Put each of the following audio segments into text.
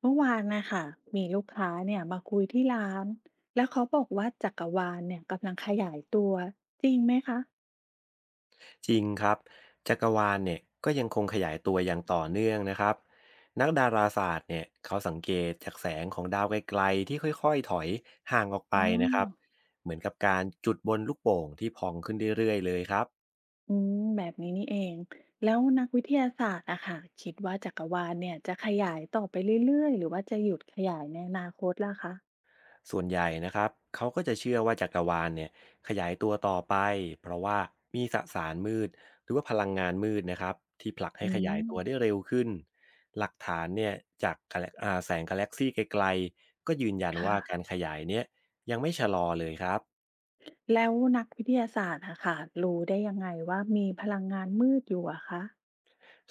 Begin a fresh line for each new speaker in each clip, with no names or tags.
เมื่อวานนะคะมีลูกค้าเนี่ยมาคุยที่ร้านแล้วเขาบอกว่าจักรวาลเนี่ยกำลังขยายตัวจริงไหมคะ
จริงครับจักรวาลเนี่ยก็ยังคงขยายตัวอย่างต่อเนื่องนะครับนักดาราศาสตร์เนี่ยเขาสังเกตจากแสงของดาวไกลๆที่ค่อยๆถอยห่างออกไป
อ๋อ
นะครับเหมือนกับการจุดบนลูกโป่งที่พองขึ้นเรื่อยๆเลยครับ
อืมแบบนี้นี่เองแล้วนักวิทยาศาสตร์อะค่ะคิดว่าจักรวาลเนี่ยจะขยายต่อไปเรื่อยๆหรือว่าจะหยุดขยายในอนาคตล่ะคะ
ส่วนใหญ่นะครับเขาก็จะเชื่อว่าจักรวาลเนี่ยขยายตัวต่อไปเพราะว่ามีสสารมืดหรือว่าพลังงานมืดนะครับที่ผลักให้
อื
ขยา
ม
ยตัวได้เร็วขึ้น หลักฐานเนี่ยจาก แสงกาแล็กซี่ไกลๆก็ยืนยัน
ค่ะ
ว่าการขยายเนี่ยยังไม่ชะลอเลยครับ
แล้วนักวิทยาศาสตร์อะค่ะรู้ได้ยังไงว่ามีพลังงานมืดอยู่อะคะ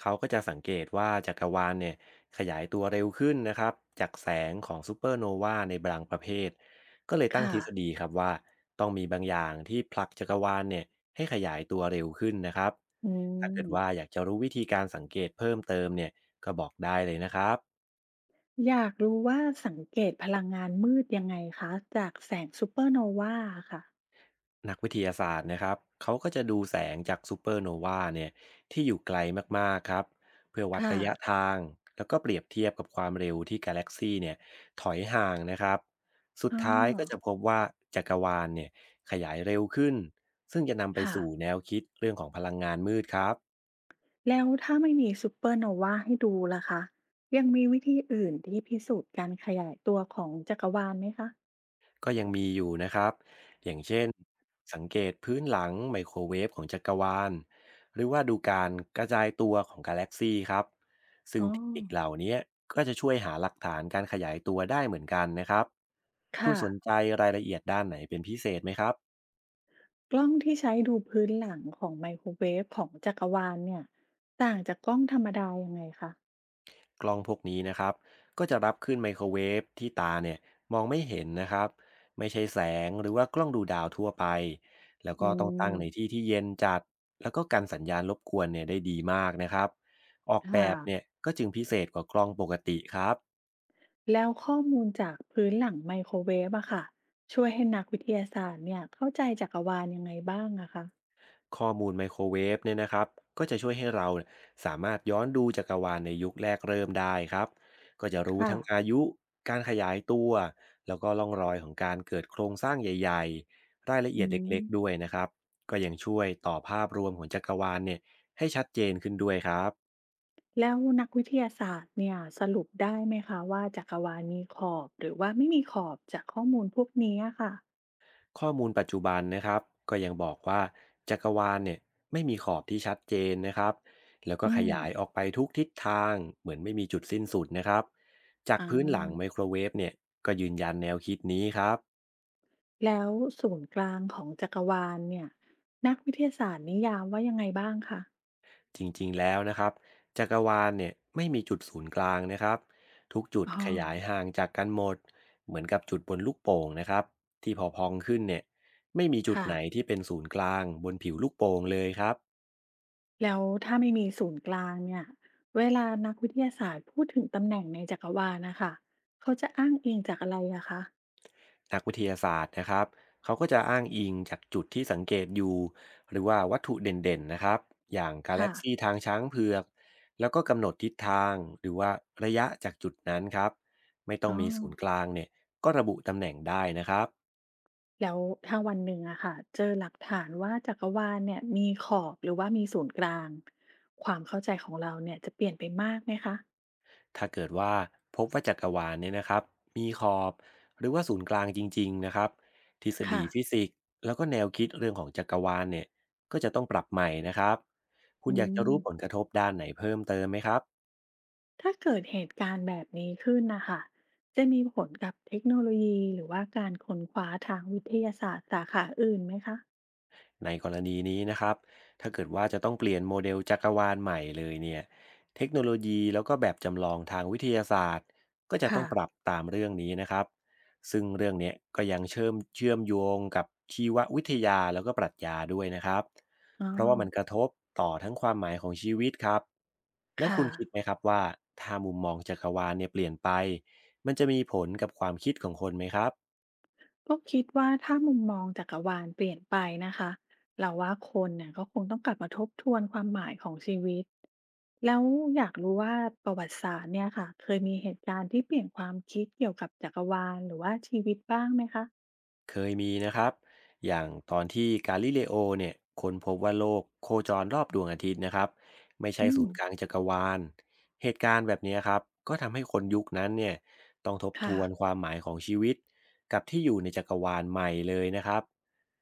เขาก็จะสังเกตว่าจักรวาลเนี่ยขยายตัวเร็วขึ้นนะครับจากแสงของซูเปอร์โนวาในบางประเภทก็เลยตั้ง
ค่ะ
ทฤษฎีครับว่าต้องมีบางอย่างที่ผลักจักรวาลเนี่ยให้ขยายตัวเร็วขึ้นนะครับ
อื
ถ้าเกิ
ม
ดว่าอยากจะรู้วิธีการสังเกตเพิ่มเติมเนี่ยก็บอกได้เลยนะครับ
อยากรู้ว่าสังเกตพลังงานมืดยังไงคะจากแสงซูเปอร์โนวาค่ะ
นักวิทยาศาสตร์นะครับเขาก็จะดูแสงจากซูเปอร์โนวาเนี่ยที่อยู่ไกลมากๆครับเพื่อวัด
ค่ะ
ระยะทางแล้วก็เปรียบเทียบกับความเร็วที่กาแล็กซีเนี่ยถอยห่างนะครับสุด
อ๋อ
ท้ายก็จะพบว่าจักรวาลเนี่ยขยายเร็วขึ้นซึ่งจะนำไป
ค่ะ
สู่แนวคิดเรื่องของพลังงานมืดครับ
แล้วถ้าไม่มีซูเปอร์โนวาให้ดูล่ะคะ ยังมีวิธีอื่นที่พิสูจน์การขยายตัวของจักรวาลไหมคะ
ก็ยังมีอยู่นะครับ อย่างเช่นสังเกตพื้นหลังไมโครเวฟของจักรวาลหรือว่าดูการกระจายตัวของกาแล็กซีครับซึ่ง
อ๋อ
เทคนิคเหล่านี้ก็จะช่วยหาหลักฐานการขยายตัวได้เหมือนกันนะครับคุณ
ค่ะ
สนใจรายละเอียดด้านไหนเป็นพิเศษไหมครับ
กล้องที่ใช้ดูพื้นหลังของไมโครเวฟของจักรวาลเนี่ยต่างจากกล้องธรรมดายังไงคะ
กล้องพวกนี้นะครับก็จะรับขึ้นไมโครเวฟที่ตาเนี่ยมองไม่เห็นนะครับไม่ใช่แสงหรือว่ากล้องดูดาวทั่วไปแล้ว
อื
ก็ต้องตั้งในที่
ม
ที่เย็นจัดแล้วก็กันสัญญาณรบกวนเนี่ยได้ดีมากนะครับออกแบ
ค่ะ
บเนี่ยก็จึงพิเศษกว่ากล้องปกติครับ
แล้วข้อมูลจากพื้นหลังไมโครเวฟอะค่ะ ช่วยให้นักวิทยาศาสตร์เนี่ยเข้าใจจักรวาลยังไงบ้างอะคะ
ข้อมูลไมโครเวฟเนี่ยนะครับก็จะช่วยให้เราเนี่ยสามารถย้อนดูจักรวาลในยุคแรกเริ่มได้ครับก็จะรู้
ค่ะ
ทั้งอายุการขยายตัวแล้วก็ล่องรอยของการเกิดโครงสร้างใหญ่ๆรายละ
อื
เอียดเ
ม
ล็กๆด้วยนะครับก็ยังช่วยต่อภาพรวมของจักรวาลเนี่ยให้ชัดเจนขึ้นด้วยครับ
แล้วนักวิทยาศาสตร์เนี่ยสรุปได้ไหมคะว่าจักรวาลมีขอบหรือว่าไม่มีขอบจากข้อมูลพวกนี้อะค่ะ
ข้อมูลปัจจุบันนะครับก็ยังบอกว่าจักรวาลเนี่ยไม่มีขอบที่ชัดเจนนะครับแล้วก็
อื
ข
ม
ยายออกไปทุกทิศทางเหมือนไม่มีจุดสิ้นสุดนะครับจาก
อ่
พื้นหลังไมโค
า
รเวฟเนี่ยก็ยืนยันแนวคิดนี้ครับ
แล้วศูนย์กลางของจักรวาลเนี่ยนักวิทยาศาสตร์นิยามว่ายังไงบ้างคะ
จริงๆแล้วนะครับจักรวาลเนี่ยไม่มีจุดศูนย์กลางนะครับทุกจุด
อ๋อ
ขยายห่างจากกันหมดเหมือนกับจุดบนลูกโป่งนะครับที่พอพองขึ้นเนี่ยไม่มีจุด
ค่ะ
ไหนที่เป็นศูนย์กลางบนผิวลูกโป่งเลยครับ
แล้วถ้าไม่มีศูนย์กลางเนี่ยเวลานักวิทยาศาสตร์พูดถึงตำแหน่งในจักรวาลนะคะเขาจะอ้างอิงจากอะไรอะคะ
นักวิทยาศาสตร์นะครับเขาก็จะอ้างอิงจากจุดที่สังเกตอยู่หรือว่าวัตถุเด่นๆนะครับอย่างกาแล็
ค่ะ
กซีทางช้างเผือกแล้วก็กำหนดทิศทางหรือว่าระยะจากจุดนั้นครับไม่ต้อ
อ๋
ง
อ
มีศูนย์กลางเนี่ยก็ระบุตำแหน่งได้นะครับ
แล้วถ้าวันหนึ่งอะค่ะเจอหลักฐานว่าจักรวาลเนี่ยมีขอบหรือว่ามีศูนย์กลางความเข้าใจของเราเนี่ยจะเปลี่ยนไปมากไหมคะ
ถ้าเกิดว่าพบว่าจักรวาลเนี่ยนะครับมีขอบหรือว่าศูนย์กลางจริงๆนะครับทฤษฎี
ค่ะ
ฟิสิกส์แล้วก็แนวคิดเรื่องของจักรวาลเนี่ยก็จะต้องปรับใหม่นะครับคุ
อื
ณอยากจะ
ม
รู้ผลกระทบด้านไหนเพิ่มเติมไหมครับ
ถ้าเกิดเหตุการณ์แบบนี้ขึ้นนะคะจะมีผลกับเทคโนโลยีหรือว่าการค้นคว้าทางวิทยาศาสตร์สาขาอื่นไหมคะ
ในกรณีนี้นะครับถ้าเกิดว่าจะต้องเปลี่ยนโมเดลจักรวาลใหม่เลยเนี่ยเทคโนโลยีแล้วก็แบบจำลองทางวิทยาศาสตร์ก็จะต้อ
ค่ะ
งปรับตามเรื่องนี้นะครับซึ่งเรื่องเนี้ยก็ยังเชื่อมโยงกับชีววิทยาแล้วก็ปรัชญาด้วยนะครับ
อ๋อ
เพราะว่ามันกระทบต่อทั้งความหมายของชีวิตครับแล้ว
ค่ะ
คุณคิดไหมครับว่าถ้ามุมมองจักรวาลเนี่ยเปลี่ยนไปมันจะมีผลกับความคิดของคนไหมครับ
ก็คิดว่าถ้ามุมมองจักรวาลเปลี่ยนไปนะคะเราว่าคนเนี่ยก็คงต้องกลับมาทบทวนความหมายของชีวิตแล้วอยากรู้ว่าประวัติศาสตร์เนี่ยค่ะเคยมีเหตุการณ์ที่เปลี่ยนความคิดเกี่ยวกับจักรวาลหรือว่าชีวิตบ้างไหมคะ
เคยมีนะครับอย่างตอนที่กาลิเลโอเนี่ยค้นพบว่าโลกโคจรรอบดวงอาทิตย์นะครับไม่ใช่
อืม
ศูนย์กลางจักรวาลเหตุการณ์แบบนี้ครับก็ทำให้คนยุคนั้นเนี่ยต้องทบท
ค่ะ
วนความหมายของชีวิตกับที่อยู่ในจักรวาลใหม่เลยนะครับ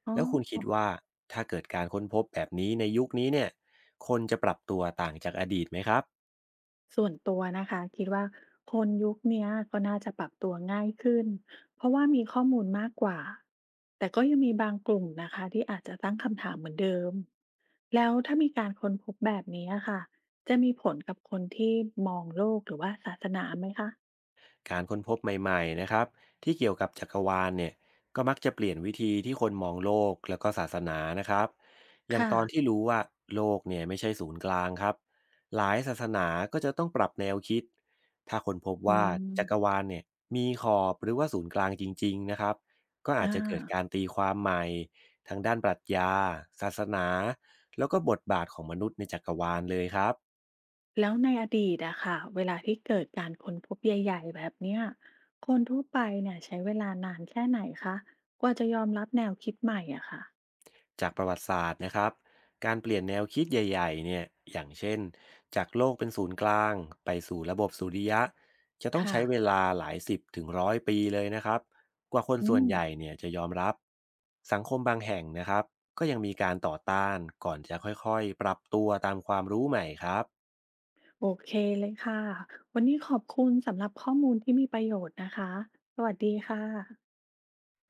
อ๋อ
แล้วคุณคิดว่าถ้าเกิดการค้นพบแบบนี้ในยุคนี้เนี่ยคนจะปรับตัวต่างจากอดีตไหมครับ
ส่วนตัวนะคะคิดว่าคนยุคเนี้ยก็น่าจะปรับตัวง่ายขึ้นเพราะว่ามีข้อมูลมากกว่าแต่ก็ยังมีบางกลุ่มนะคะที่อาจจะตั้งคำถามเหมือนเดิมแล้วถ้ามีการค้นพบแบบนี้อะค่ะจะมีผลกับคนที่มองโลกหรือว่าศาสนาไหมคะ
การค้นพบใหม่ๆนะครับที่เกี่ยวกับจักรวาลเนี่ยก็มักจะเปลี่ยนวิธีที่คนมองโลกแล้วก็ศาสนานะครับอย่าง
ค่ะ
ตอนที่รู้ว่าโลกเนี่ยไม่ใช่ศูนย์กลางครับหลายศาสนาก็จะต้องปรับแนวคิดถ้าคนพบ
อื
ว่าจักร
ม
วาลเนี่ยมีขอบหรือว่าศูนย์กลางจริงๆนะครับก็อา
อ่า
จจะเกิดการตีความใหม่ทั้งด้านปรัชญาศาสนาแล้วก็บทบาทของมนุษย์ในจักรวาลเลยครับ
แล้วในอดีตอะค่ะเวลาที่เกิดการค้นพบใหญ่ๆแบบเนี้ยคนทั่วไปเนี่ยใช้เวลานานแค่ไหนคะกว่าจะยอมรับแนวคิดใหม่อะค่ะ
จากประวัติศาสตร์นะครับการเปลี่ยนแนวคิดใหญ่ๆเนี่ยอย่างเช่นจากโลกเป็นศูนย์กลางไปสู่ระบบสุริยะจะต้อง
ค่ะ
ใช้เวลาหลายสิบถึงร้อยปีเลยนะครับกว่าคน
อื
ส่วน
ม
ใหญ่เนี่ยจะยอมรับสังคมบางแห่งนะครับก็ยังมีการต่อต้านก่อนจะค่อยๆปรับตัวตามความรู้ใหม่ครับ
โอเคเลยค่ะวันนี้ขอบคุณสำหรับข้อมูลที่มีประโยชน์นะคะสวัสดีค่ะ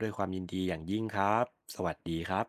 ด้วยความยินดีอย่างยิ่งครับสวัสดีครับ